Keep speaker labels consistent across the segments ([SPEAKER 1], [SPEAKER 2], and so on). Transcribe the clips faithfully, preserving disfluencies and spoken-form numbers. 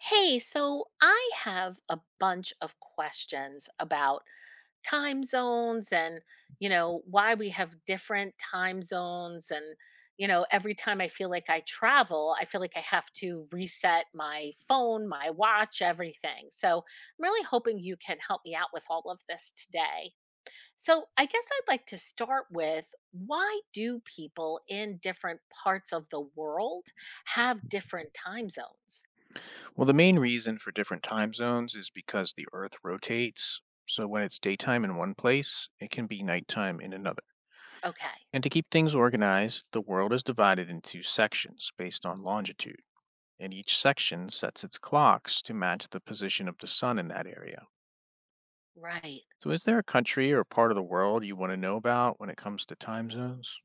[SPEAKER 1] Hey, so I have a bunch of questions about time zones and, you know, why we have different time zones. And, you know, every time I feel like I travel, I feel like I have to reset my phone, my watch, everything. So I'm really hoping you can help me out with all of this today. So I guess I'd like to start with why do people in different parts of the world have different time zones?
[SPEAKER 2] Well, the main reason for different time zones is because the Earth rotates. So when it's daytime in one place, it can be nighttime in another.
[SPEAKER 1] Okay.
[SPEAKER 2] And to keep things organized, the world is divided into sections based on longitude, and each section sets its clocks to match the position of the sun in that area.
[SPEAKER 1] Right.
[SPEAKER 2] So is there a country or part of the world you want to know about when it comes to time zones?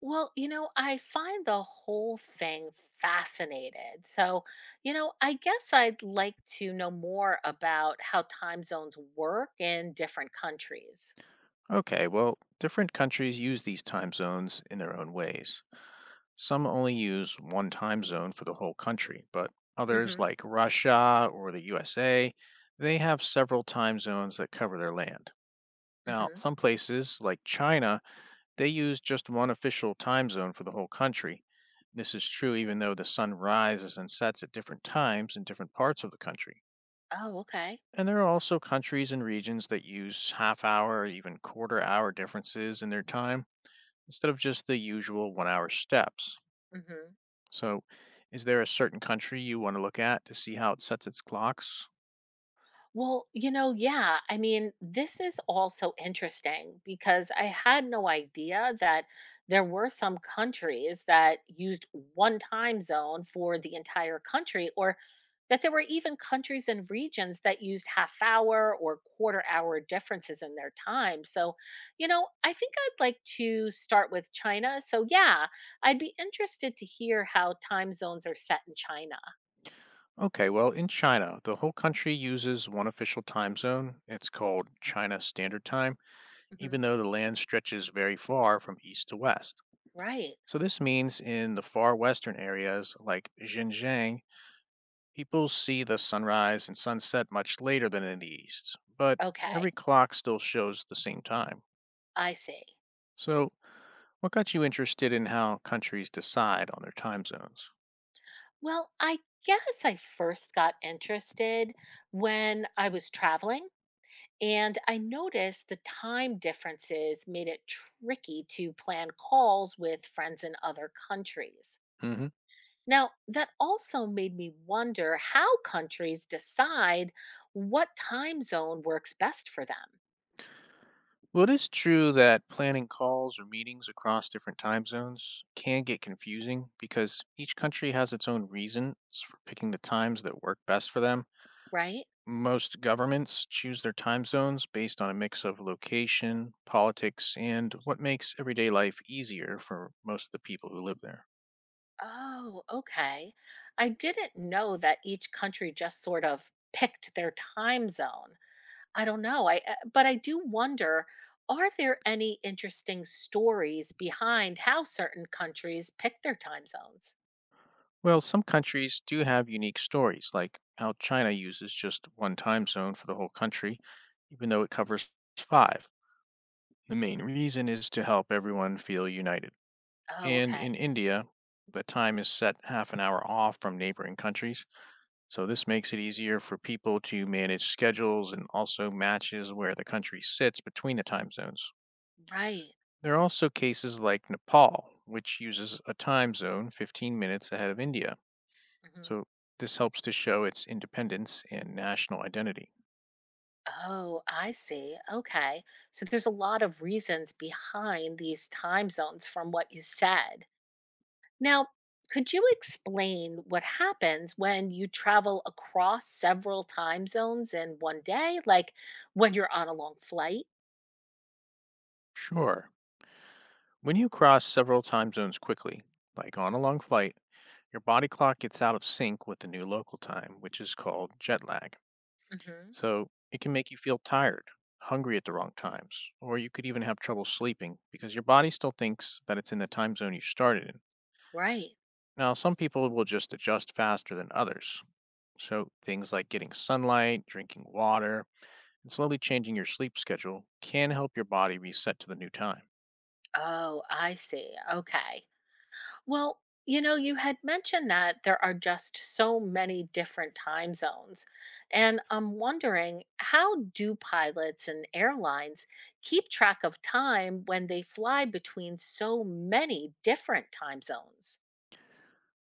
[SPEAKER 1] Well, you know, I find the whole thing fascinated. So, you know, I guess I'd like to know more about how time zones work in different countries.
[SPEAKER 2] Okay, well, different countries use these time zones in their own ways. Some only use one time zone for the whole country, but others,
[SPEAKER 1] Mhm.
[SPEAKER 2] like Russia or the U S A, they have several time zones that cover their land. Now,
[SPEAKER 1] Mhm.
[SPEAKER 2] some places, like China, they use just one official time zone for the whole country. This is true even though the sun rises and sets at different times in different parts of the country.
[SPEAKER 1] Oh, okay.
[SPEAKER 2] And there are also countries and regions that use half hour or even quarter hour differences in their time instead of just the usual one hour steps.
[SPEAKER 1] Mhm.
[SPEAKER 2] So, is there a certain country you want to look at to see how it sets its clocks?
[SPEAKER 1] Well, you know, yeah. I mean, this is all so interesting because I had no idea that there were some countries that used one time zone for the entire country, or that there were even countries and regions that used half hour or quarter hour differences in their time. So, you know, I think I'd like to start with China. So, yeah, I'd be interested to hear how time zones are set in China.
[SPEAKER 2] Okay, well, in China, the whole country uses one official time zone. It's called China Standard Time,
[SPEAKER 1] Hmm.
[SPEAKER 2] even though the land stretches very far from east to west.
[SPEAKER 1] Right.
[SPEAKER 2] So, this means in the far western areas like Xinjiang, people see the sunrise and sunset much later than in the east, but
[SPEAKER 1] Okay.
[SPEAKER 2] every clock still shows the same time.
[SPEAKER 1] I see.
[SPEAKER 2] So, What got you interested in how countries decide on their time zones?
[SPEAKER 1] Well, I guess I first got interested when I was traveling, and I noticed the time differences made it tricky to plan calls with friends in other countries.
[SPEAKER 2] Hmm.
[SPEAKER 1] Now, that also made me wonder how countries decide what time zone works best for them,
[SPEAKER 2] Well, it is true that planning calls or meetings across different time zones can get confusing because each country has its own reasons for picking the times that work best for them.
[SPEAKER 1] right?
[SPEAKER 2] Most governments choose their time zones based on a mix of location, politics, and what makes everyday life easier for most of the people who live there.
[SPEAKER 1] Oh, okay. I didn't know that each country just sort of picked their time zone. I don't know. I uh, But I do wonder, are there any interesting stories behind how certain countries pick their time zones?
[SPEAKER 2] Well, some countries do have unique stories, like how China uses just one time zone for the whole country, even though it covers five. The main reason is to help everyone feel united.
[SPEAKER 1] Oh,
[SPEAKER 2] And
[SPEAKER 1] okay.
[SPEAKER 2] in India, the time is set half an hour off from neighboring countries. So this makes it easier for people to manage schedules and also matches where the country sits between the time zones.
[SPEAKER 1] Right.
[SPEAKER 2] There are also cases like Nepal, which uses a time zone fifteen minutes ahead of India.
[SPEAKER 1] Hmm.
[SPEAKER 2] So this helps to show its independence and national identity.
[SPEAKER 1] Oh, I see. Okay. So there's a lot of reasons behind these time zones from what you said. Now, could you explain what happens when you travel across several time zones in one day, like when you're on a long flight?
[SPEAKER 2] Sure, when you cross several time zones quickly, like on a long flight, your body clock gets out of sync with the new local time, which is called jet lag.
[SPEAKER 1] Hmm.
[SPEAKER 2] So it can make you feel tired, hungry at the wrong times, or you could even have trouble sleeping because your body still thinks that it's in the time zone you started in.
[SPEAKER 1] Right.
[SPEAKER 2] Now, some people will just adjust faster than others. So things like getting sunlight, drinking water, and slowly changing your sleep schedule can help your body reset to the new time.
[SPEAKER 1] Oh, I see. Okay. Well, you know, you had mentioned that there are just so many different time zones. And I'm wondering how do pilots and airlines keep track of time when they fly between so many different time zones?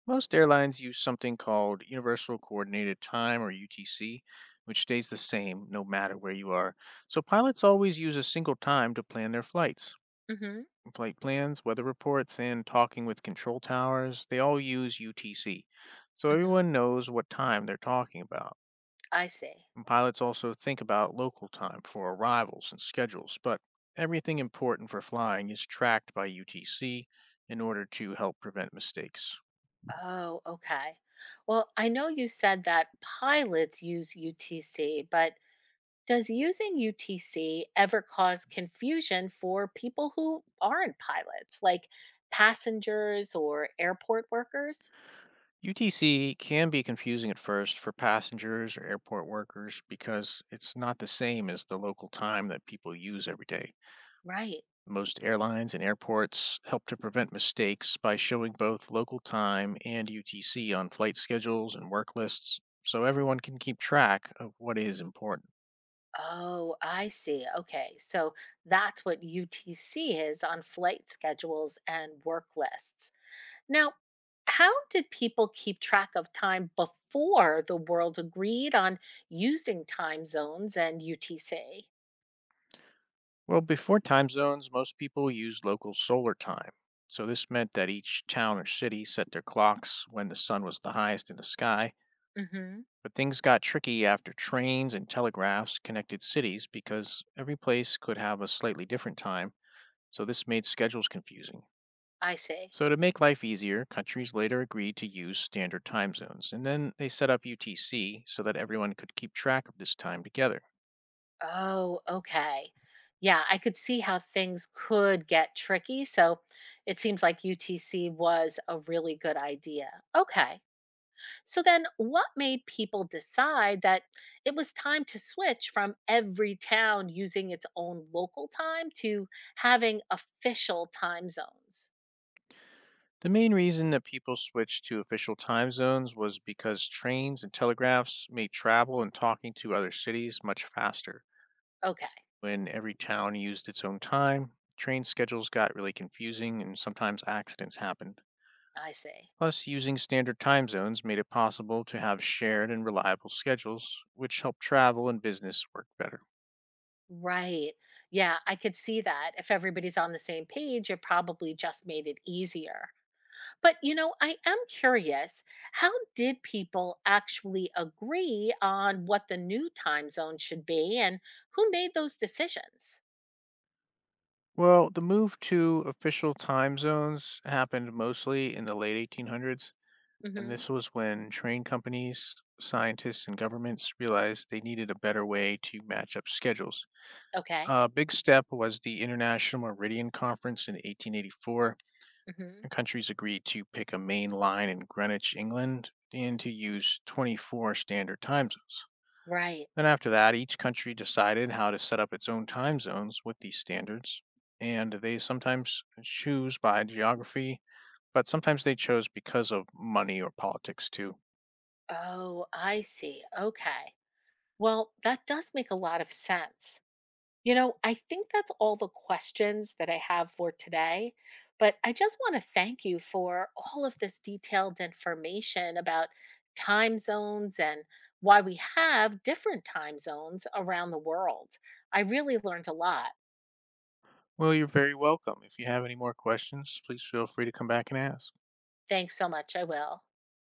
[SPEAKER 2] Most airlines use something called Universal Coordinated Time or U T C, which stays the same no matter where you are. So pilots always use a single time to plan their flights.
[SPEAKER 1] Hmm.
[SPEAKER 2] Flight plans, weather reports, and talking with control towers, they all use U T C. So
[SPEAKER 1] Hmm.
[SPEAKER 2] everyone knows what time they're talking about.
[SPEAKER 1] I see.
[SPEAKER 2] And pilots also think about local time for arrivals and schedules, but everything important for flying is tracked by U T C in order to help prevent mistakes.
[SPEAKER 1] Oh, okay. Well, I know you said that pilots use U T C, but does using U T C ever cause confusion for people who aren't pilots, like passengers or airport workers?
[SPEAKER 2] U T C can be confusing at first for passengers or airport workers because it's not the same as the local time that people use every day.
[SPEAKER 1] Right.
[SPEAKER 2] Most airlines and airports help to prevent mistakes by showing both local time and U T C on flight schedules and work lists so everyone can keep track of what is important.
[SPEAKER 1] Oh, I see. Okay. So that's what U T C is on flight schedules and work lists. Now, how did people keep track of time before the world agreed on using time zones and U T C?
[SPEAKER 2] Well, before time zones, most people used local solar time. So this meant that each town or city set their clocks when the sun was the highest in the sky.
[SPEAKER 1] Mhm.
[SPEAKER 2] But things got tricky after trains and telegraphs connected cities because every place could have a slightly different time, so this made schedules confusing.
[SPEAKER 1] I see.
[SPEAKER 2] So, to make life easier, countries later agreed to use standard time zones, and then they set up U T C so that everyone could keep track of this time together.
[SPEAKER 1] Oh, okay. Yeah, I could see how things could get tricky. So it seems like U T C was a really good idea. Okay. So then, what made people decide that it was time to switch from every town using its own local time to having official time zones?
[SPEAKER 2] The main reason that people switched to official time zones was because trains and telegraphs made travel and talking to other cities much faster.
[SPEAKER 1] Okay,
[SPEAKER 2] When every town used its own time, train schedules got really confusing and sometimes accidents happened.
[SPEAKER 1] I see.
[SPEAKER 2] Plus, using standard time zones made it possible to have shared and reliable schedules, which helped travel and business work better.
[SPEAKER 1] Right. Yeah, I could see that. If everybody's on the same page, it probably just made it easier. But you know, I am curious, how did people actually agree on what the new time zone should be and who made those decisions?
[SPEAKER 2] Well, the move to official time zones happened mostly in the late eighteen hundreds. And
[SPEAKER 1] Hmm.
[SPEAKER 2] this was when train companies, scientists, and governments realized they needed a better way to match up schedules.
[SPEAKER 1] Okay.
[SPEAKER 2] A big step was the International Meridian Conference in eighteen eighty-four.
[SPEAKER 1] Hmm.
[SPEAKER 2] The countries agreed to pick a main line in Greenwich, England, and to use twenty-four standard time zones.
[SPEAKER 1] Right.
[SPEAKER 2] Then, after that, each country decided how to set up its own time zones with these standards. And they sometimes choose by geography, but sometimes they chose because of money or politics too.
[SPEAKER 1] Oh, I see. Okay. Well, that does make a lot of sense. You know, I think that's all the questions that I have for today, but I just want to thank you for all of this detailed information about time zones and why we have different time zones around the world. I really learned a lot.
[SPEAKER 2] Well, you're very welcome. If you have any more questions, please feel free to come back and ask.
[SPEAKER 1] Thanks so much. I will.